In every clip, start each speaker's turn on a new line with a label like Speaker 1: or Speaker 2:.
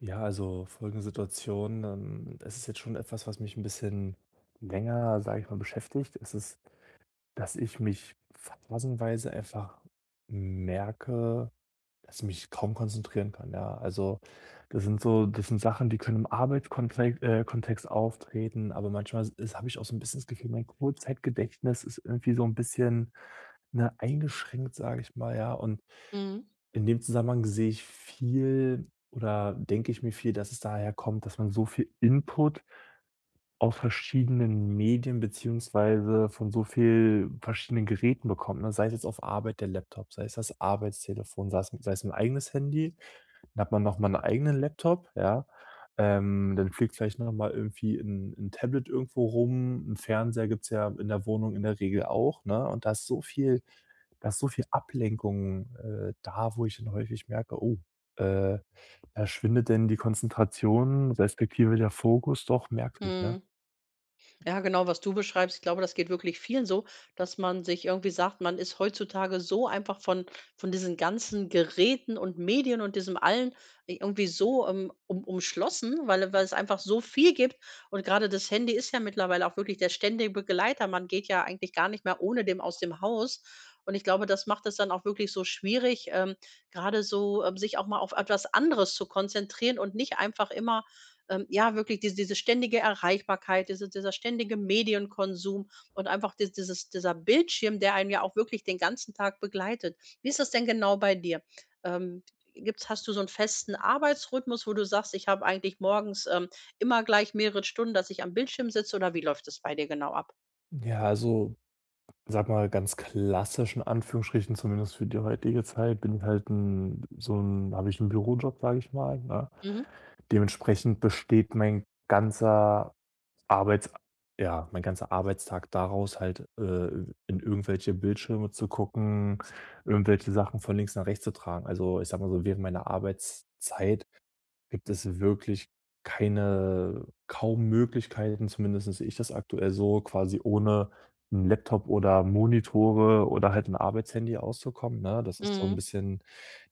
Speaker 1: Ja, also folgende Situation. Das ist jetzt schon etwas, was mich ein bisschen länger, sage ich mal, beschäftigt. Es ist, dass ich mich phasenweise einfach merke, dass ich mich kaum konzentrieren kann, ja. Also, das sind Sachen, die können im Arbeitskontext Kontext auftreten, aber manchmal ist habe ich auch so ein bisschen das Gefühl, mein Kurzzeitgedächtnis ist irgendwie so ein bisschen, ne, eingeschränkt, sage ich mal, ja. Und
Speaker 2: Mhm,
Speaker 1: in dem Zusammenhang sehe ich viel oder denke ich mir viel, dass es daher kommt, dass man so viel Input auf verschiedenen Medien beziehungsweise von so viel verschiedenen Geräten bekommt, ne? Sei es jetzt auf Arbeit der Laptop, sei es das Arbeitstelefon, sei es 'n eigenes Handy, dann hat man noch mal 'n eigenen Laptop, ja? Dann fliegt vielleicht noch mal irgendwie ein 'n Tablet irgendwo rum. Ein Fernseher gibt's ja in der Wohnung in der Regel auch, ne? Und da ist so viel Ablenkung, da, wo ich dann häufig merke: „Oh, äh, da schwindet denn die Konzentration respektive der Fokus doch merklich“, ne?
Speaker 2: mhm. Ja, genau, was du beschreibst. Ich glaube, das geht wirklich vielen so, dass man sich irgendwie sagt, man ist heutzutage so einfach von diesen ganzen Geräten und Medien und diesem allen irgendwie so umschlossen, weil es einfach so viel gibt. Und gerade das Handy ist ja mittlerweile auch wirklich der ständige Begleiter. Man geht ja eigentlich gar nicht mehr ohne dem aus dem Haus. Und ich glaube, das macht es dann auch wirklich so schwierig, gerade so sich auch mal auf etwas anderes zu konzentrieren und nicht einfach immer ja, wirklich diese ständige Erreichbarkeit, dieser ständige Medienkonsum und einfach di dieses dieser Bildschirm, der einen ja auch wirklich den ganzen Tag begleitet. Wie ist das denn genau bei dir? Ähm, gibt's Hast du so einen festen Arbeitsrhythmus, wo du sagst: „Ich habe eigentlich morgens, immer gleich mehrere Stunden, dass ich am Bildschirm sitze“, oder wie läuft das bei dir genau ab?
Speaker 1: Ja, also, sag mal, ganz klassisch in Anführungsstrichen, zumindest für die heutige Zeit, bin ich halt 'n so ein habe ich einen Bürojob, sage ich mal, ne?
Speaker 2: Mhm.
Speaker 1: Dementsprechend besteht mein ganzer Arbeits ja, mein ganzer Arbeitstag daraus, halt, in irgendwelche Bildschirme zu gucken, irgendwelche Sachen von links nach rechts zu tragen. Also, ich sag mal so, während meiner Arbeitszeit gibt es wirklich keine kaum Möglichkeiten, zumindest sehe ich das aktuell so, quasi ohne 'n Laptop oder Monitore oder halt ein Arbeitshandy auszukommen, ne? Das ist so ein
Speaker 2: Mhm.
Speaker 1: bisschen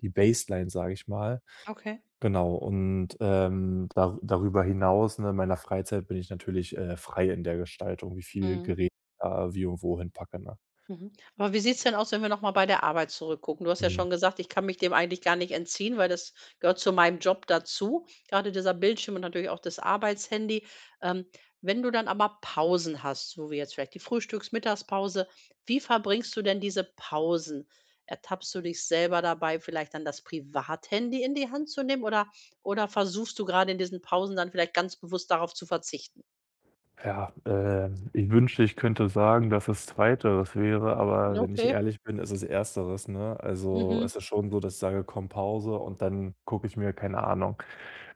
Speaker 1: die Baseline, sage ich mal.
Speaker 2: Okay.
Speaker 1: Genau und, darüber hinaus, ne, in meiner Freizeit bin ich natürlich, frei in der Gestaltung, wie viel
Speaker 2: Mhm.
Speaker 1: Gerät ich wie und wohin hinpacke, ne?
Speaker 2: Mhm. Aber wie sieht's denn aus, wenn wir nochmal bei der Arbeit zurückgucken? Du hast ja
Speaker 1: Mhm.
Speaker 2: schon gesagt, ich kann mich dem eigentlich gar nicht entziehen, weil das gehört zu meinem Job dazu. Gerade dieser Bildschirm und natürlich auch das Arbeitshandy. Ähm, Wenn du dann aber Pausen hast, so wie jetzt vielleicht die Frühstücks-, Mittagspause, wie verbringst du denn diese Pausen? Ertappst du dich selber dabei, vielleicht dann das Privathandy in die Hand zu nehmen, oder versuchst du gerade in diesen Pausen dann vielleicht ganz bewusst darauf zu verzichten?
Speaker 1: Ja, ich wünschte, ich könnte sagen, dass es Zweiteres wäre, aber wenn ich
Speaker 2: Okay.
Speaker 1: ehrlich bin, ist es Ersteres, ne? Also,
Speaker 2: Mhm.
Speaker 1: es ist schon so, dass ich sage: „Komm, Pause“, und dann gucke ich mir, keine Ahnung,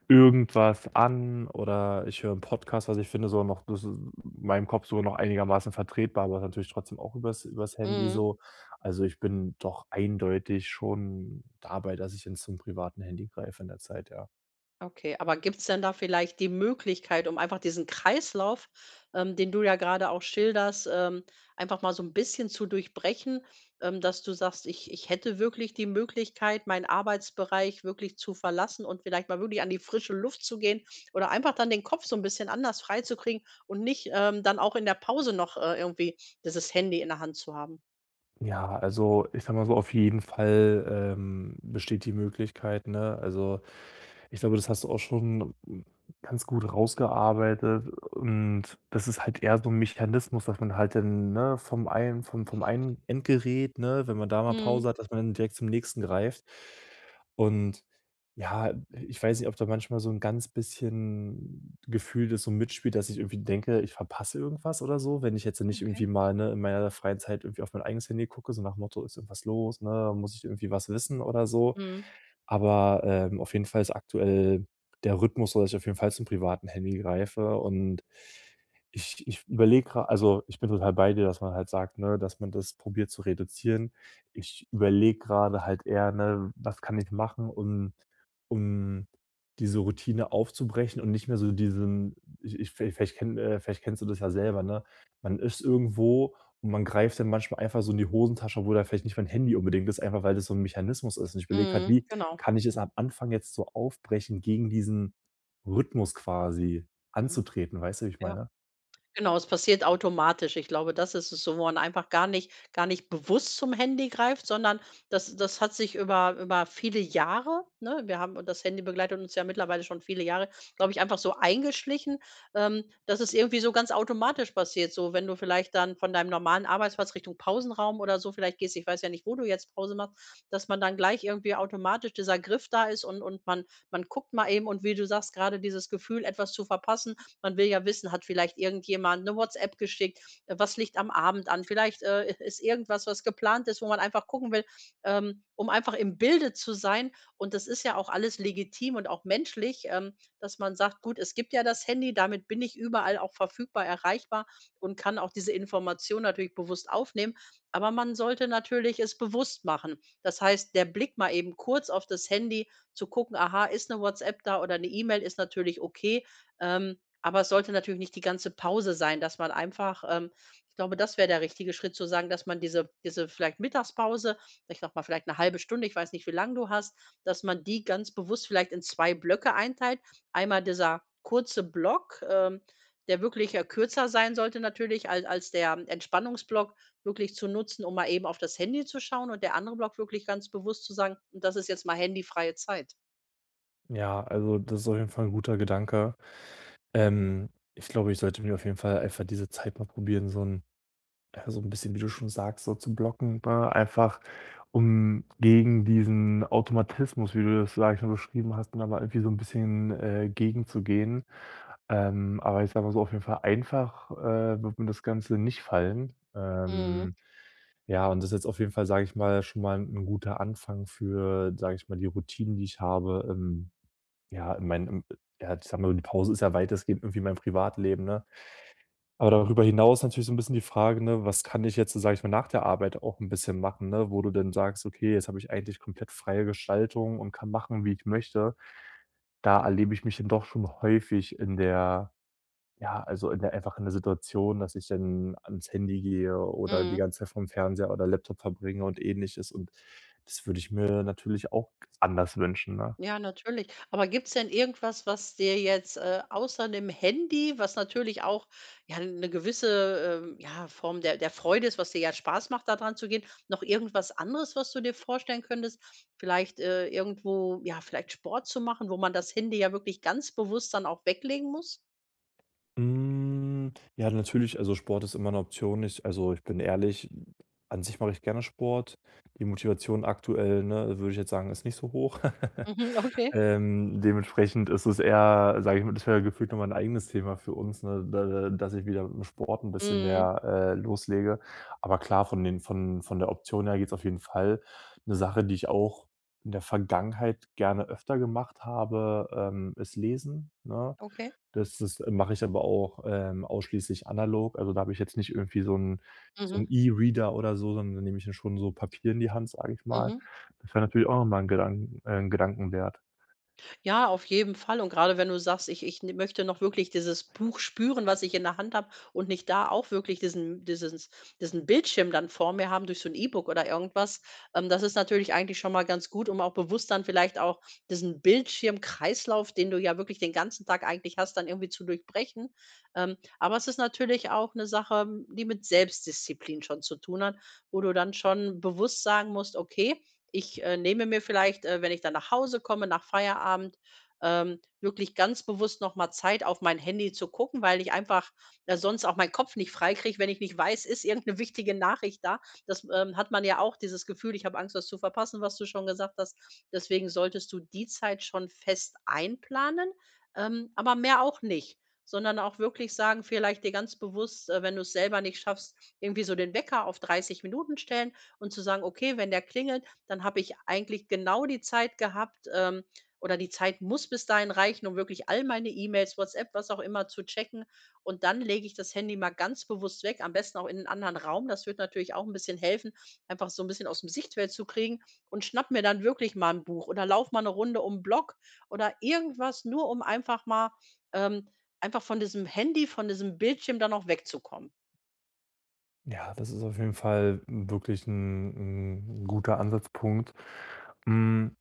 Speaker 1: irgendwas an oder ich höre 'n Podcast, was ich finde, so noch das ist in meinem Kopf so noch einigermaßen vertretbar, aber natürlich trotzdem auch übers Handy
Speaker 2: Mhm.
Speaker 1: so. Also, ich bin doch eindeutig schon dabei, dass ich dann zum privaten Handy greife in der Zeit, ja.
Speaker 2: Okay, aber gibt's denn da vielleicht die Möglichkeit, um einfach diesen Kreislauf, den du ja gerade auch schilderst, einfach mal so ein bisschen zu durchbrechen, dass du sagst: „Ich hätte wirklich die Möglichkeit, meinen Arbeitsbereich wirklich zu verlassen und vielleicht mal wirklich an die frische Luft zu gehen oder einfach dann den Kopf so ein bisschen anders freizukriegen und nicht, dann auch in der Pause noch, irgendwie dieses Handy in der Hand zu haben?“
Speaker 1: Ja, also ich sag mal so, auf jeden Fall besteht die Möglichkeit, ne? Also ich glaube, das hast du auch schon ganz gut rausgearbeitet. Und das ist halt eher so ein Mechanismus, dass man halt dann, ne, vom einen Endgerät, ne, wenn man da mal
Speaker 2: Mhm,
Speaker 1: Pause hat, dass man dann direkt zum nächsten greift. Und ja, ich weiß nicht, ob da manchmal so 'n ganz bisschen Gefühl das so mitspielt, dass ich irgendwie denke, ich verpasse irgendwas oder so, wenn ich jetzt nicht
Speaker 2: okay.
Speaker 1: irgendwie mal, ne, in meiner freien Zeit irgendwie auf mein eigenes Handy gucke, so nach dem Motto: „Ist irgendwas los, ne? Muss ich irgendwie was wissen oder so?“
Speaker 2: Mhm.
Speaker 1: Aber, auf jeden Fall ist aktuell der Rhythmus so, dass ich auf jeden Fall zum privaten Handy greife und ich überlege gra also, ich bin total bei dir, dass man halt sagt, ne, dass man das probiert zu reduzieren. Ich überlege grade halt eher, ne, was kann ich machen, um um diese Routine aufzubrechen und nicht mehr so diesen ich ich vielleicht kennst du das ja selber, ne? Man ist irgendwo und man greift dann manchmal einfach so in die Hosentasche, obwohl da vielleicht nicht mein Handy unbedingt ist, einfach weil das so ein Mechanismus ist. Und ich überlege halt:
Speaker 2: Mhm,
Speaker 1: „Wie
Speaker 2: genau.
Speaker 1: kann ich es am Anfang jetzt so aufbrechen, gegen diesen Rhythmus quasi
Speaker 2: Mhm.
Speaker 1: anzutreten?“ Weißt du, wie ich meine?
Speaker 2: Genau, es passiert automatisch. Ich glaube, das ist es so, wo man einfach gar nicht bewusst zum Handy greift, sondern das hat sich über viele Jahre, ne? Wir haben und das Handy begleitet uns ja mittlerweile schon viele Jahre, glaube ich, einfach so eingeschlichen, dass es irgendwie so ganz automatisch passiert. So, wenn du vielleicht dann von deinem normalen Arbeitsplatz Richtung Pausenraum oder so vielleicht gehst, ich weiß ja nicht, wo du jetzt Pause machst, dass man dann gleich irgendwie automatisch dieser Griff da ist und man guckt mal eben und wie du sagst, gerade dieses Gefühl, etwas zu verpassen, man will ja wissen, hat vielleicht irgendjemand eine WhatsApp geschickt? Was liegt am Abend an? Vielleicht, ist irgendwas, was geplant ist, wo man einfach gucken will, um einfach im Bilde zu sein. Und das ist ja auch alles legitim und auch menschlich, dass man sagt: „Gut, es gibt ja das Handy, damit bin ich überall auch verfügbar, erreichbar und kann auch diese Information natürlich bewusst aufnehmen.“ Aber man sollte natürlich es bewusst machen. Das heißt, der Blick mal eben kurz auf das Handy zu gucken: „Aha, ist eine WhatsApp da oder eine E-Mail?“, ist natürlich okay. Ähm aber es sollte natürlich nicht die ganze Pause sein, dass man einfach ich glaube, das wäre der richtige Schritt zu sagen, dass man diese vielleicht Mittagspause, ich sage mal vielleicht eine halbe Stunde, ich weiß nicht, wie lang du hast, dass man die ganz bewusst vielleicht in 2 Blöcke einteilt. Einmal dieser kurze Block, der wirklich, kürzer sein sollte natürlich als der Entspannungsblock wirklich zu nutzen, um mal eben auf das Handy zu schauen, und der andere Block wirklich ganz bewusst zu sagen: „Und das ist jetzt mal handyfreie Zeit.“
Speaker 1: Ja, also, das ist auf jeden Fall ein guter Gedanke. Ähm, Ich glaube, ich sollte mir auf jeden Fall einfach diese Zeit mal probieren, so 'n ja, so ein bisschen, wie du schon sagst, so zu blocken, ne? Einfach um gegen diesen Automatismus, wie du das, sage ich mal, beschrieben hast, dann aber irgendwie so ein bisschen, gegenzugehen. Aber ich sage mal so, auf jeden Fall einfach, wird mir das Ganze nicht fallen.
Speaker 2: Mhm,
Speaker 1: Ja, und das ist jetzt auf jeden Fall, sage ich mal, schon mal ein guter Anfang für, sage ich mal, die Routinen, die ich habe, ja, in meinen, ja, ich sage mal, so, die Pause ist ja weitestgehend irgendwie mein Privatleben, ne? Aber darüber hinaus natürlich so 'n bisschen die Frage, ne, was kann ich jetzt, sage ich mal, nach der Arbeit auch 'n bisschen machen, ne, wo du dann sagst: „Okay, jetzt habe ich eigentlich komplett freie Gestaltung und kann machen, wie ich möchte.“ Da erlebe ich mich dann doch schon häufig in der ja, also, in der Situation, dass ich dann ans Handy gehe oder die
Speaker 2: mhm.
Speaker 1: ganze Zeit vorm Fernseher oder Laptop verbringe und Ähnliches und das würde ich mir natürlich auch anders wünschen, ne?
Speaker 2: Ja, natürlich. Aber gibt's denn irgendwas, was dir jetzt, außer dem Handy, was natürlich auch, ja, eine gewisse, ja, Form der Freude ist, was dir ja Spaß macht, da dran zu gehen, noch irgendwas anderes, was du dir vorstellen könntest? Vielleicht, irgendwo ja, vielleicht Sport zu machen, wo man das Handy ja wirklich ganz bewusst dann auch weglegen muss?
Speaker 1: Hm, ja, natürlich, also Sport ist immer eine Option. Ich also, ich bin ehrlich, an sich mache ich gerne Sport. Die Motivation aktuell, ne, würde ich jetzt sagen, ist nicht so hoch.
Speaker 2: Mhm, okay.
Speaker 1: Dementsprechend ist es eher, sage ich mal, das wäre gefühlt nochmal ein eigenes Thema für uns, ne, da dass ich wieder mit'm Sport ein bisschen
Speaker 2: Mhm.
Speaker 1: mehr, loslege. Aber klar, von der Option her geht es auf jeden Fall. Eine Sache, die ich auch in der Vergangenheit gerne öfter gemacht habe, ist Lesen, ne?
Speaker 2: Okay.
Speaker 1: Das mache ich aber auch, ausschließlich analog. Also, da habe ich jetzt nicht irgendwie so 'n
Speaker 2: Mhm.
Speaker 1: E-Reader oder so, sondern da nehme ich dann schon so Papier in die Hand, sage ich mal.
Speaker 2: Mhm.
Speaker 1: Das wäre natürlich auch nochmal ein 'n Gedanken.
Speaker 2: Ja, auf jeden Fall. Und gerade wenn du sagst: „Ich ich n möchte noch wirklich dieses Buch spüren, was ich in der Hand habe und nicht da auch wirklich diesen Bildschirm dann vor mir haben durch so ein E-Book oder irgendwas.“ Das ist natürlich eigentlich schon mal ganz gut, um auch bewusst dann vielleicht auch diesen Bildschirmkreislauf, den du ja wirklich den ganzen Tag eigentlich hast, dann irgendwie zu durchbrechen. Aber es ist natürlich auch eine Sache, die mit Selbstdisziplin schon zu tun hat, wo du dann schon bewusst sagen musst: „Okay, ich, nehme mir vielleicht, wenn ich dann nach Hause komme, nach Feierabend wirklich ganz bewusst noch mal Zeit auf mein Handy zu gucken, weil ich einfach, sonst auch meinen Kopf nicht freikriege, wenn ich nicht weiß, ist irgendeine wichtige Nachricht da. Das, hat man ja auch dieses Gefühl: „Ich habe Angst, was zu verpassen“, was du schon gesagt hast. Deswegen solltest du die Zeit schon fest einplanen, aber mehr auch nicht, sondern auch wirklich sagen, vielleicht dir ganz bewusst, wenn du es selber nicht schaffst, irgendwie so den Wecker auf 30 Minuten stellen und zu sagen: „Okay, wenn der klingelt, dann habe ich eigentlich genau die Zeit gehabt, oder die Zeit muss bis dahin reichen, um wirklich all meine E-Mails, WhatsApp, was auch immer zu checken. Und dann lege ich das Handy mal ganz bewusst weg, am besten auch in einen anderen Raum. Das wird natürlich auch ein bisschen helfen, einfach so ein bisschen aus dem Sichtfeld zu kriegen und schnapp mir dann wirklich mal ein Buch oder laufe mal eine Runde um 'n Block oder irgendwas, nur um einfach mal ähm, einfach von diesem Handy, von diesem Bildschirm dann auch wegzukommen.
Speaker 1: Ja, das ist auf jeden Fall wirklich ein 'n guter Ansatzpunkt. Hm,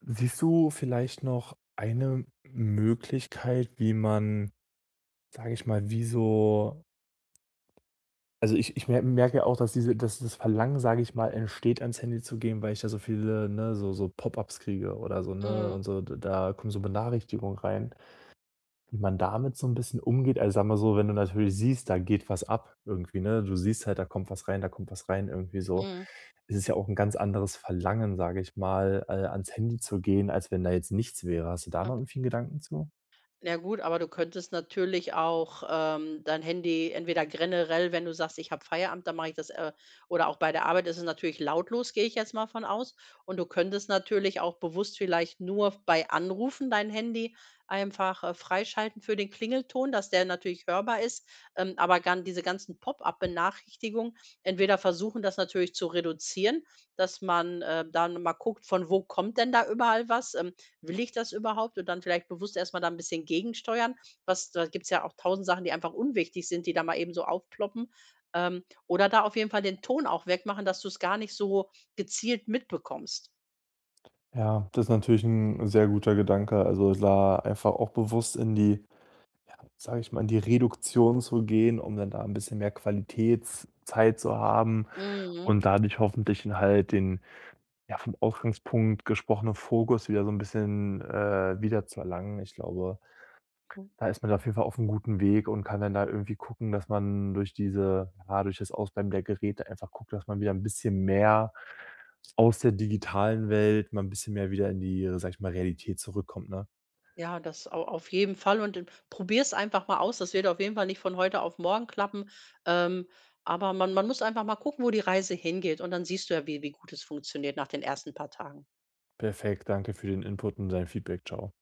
Speaker 1: siehst du vielleicht noch eine Möglichkeit, wie man, sage ich mal, wie so also, ich merke ja auch, dass diese dass das Verlangen, sage ich mal, entsteht, ans Handy zu gehen, weil ich da so viele, ne, so Pop-ups kriege oder so, ne,
Speaker 2: Mhm,
Speaker 1: und so, d da kommen so Benachrichtigungen rein. Wie man damit so ein bisschen umgeht, also, sag mal so, wenn du natürlich siehst, da geht was ab irgendwie, ne? Du siehst halt, da kommt was rein irgendwie so.
Speaker 2: mhm.
Speaker 1: Es ist ja auch ein ganz anderes Verlangen, sage ich mal, ans Handy zu gehen, als wenn da jetzt nichts wäre. Hast du da noch irgendwie 'n Gedanken zu?
Speaker 2: Na gut, aber du könntest natürlich auch, dein Handy entweder generell, wenn du sagst: „Ich habe Feierabend, dann mache ich das“, oder auch bei der Arbeit ist es natürlich lautlos, gehe ich jetzt mal von aus. Und du könntest natürlich auch bewusst vielleicht nur bei Anrufen dein Handy einfach, freischalten für den Klingelton, dass der natürlich hörbar ist. Aber gan diese ganzen Pop-up-Benachrichtigungen entweder versuchen, das natürlich zu reduzieren, dass man, dann mal guckt, von wo kommt denn da überall was? Will ich das überhaupt? Und dann vielleicht bewusst erst mal da ein bisschen gegensteuern. Was Da gibt's ja auch tausend Sachen, die einfach unwichtig sind, die da mal eben so aufploppen. Oder da auf jeden Fall den Ton auch wegmachen, dass du es gar nicht so gezielt mitbekommst.
Speaker 1: Ja, das ist natürlich ein sehr guter Gedanke. Also, da einfach auch bewusst in die sage ich mal, in die Reduktion zu gehen, um dann da ein bisschen mehr Qualitätszeit zu haben
Speaker 2: Mhm.
Speaker 1: und dadurch hoffentlich dann halt den, ja, vom Ausgangspunkt gesprochenen Fokus wieder so ein bisschen, wieder zu erlangen. Ich glaube,
Speaker 2: Hm.
Speaker 1: da ist man auf jeden Fall auf einem guten Weg und kann dann da irgendwie gucken, dass man durch diese ja, durch das Ausbleiben der Geräte einfach guckt, dass man wieder ein bisschen mehr aus der digitalen Welt mal ein bisschen mehr wieder in die, sag ich mal, Realität zurückkommt, ne?
Speaker 2: Ja, das au auf jeden Fall, und, probier's einfach mal aus. Das wird auf jeden Fall nicht von heute auf morgen klappen. Ähm, aber man muss einfach mal gucken, wo die Reise hingeht, und dann siehst du ja, wie gut es funktioniert nach den ersten paar Tagen.
Speaker 1: Perfekt, danke für den Input und dein Feedback. Ciao.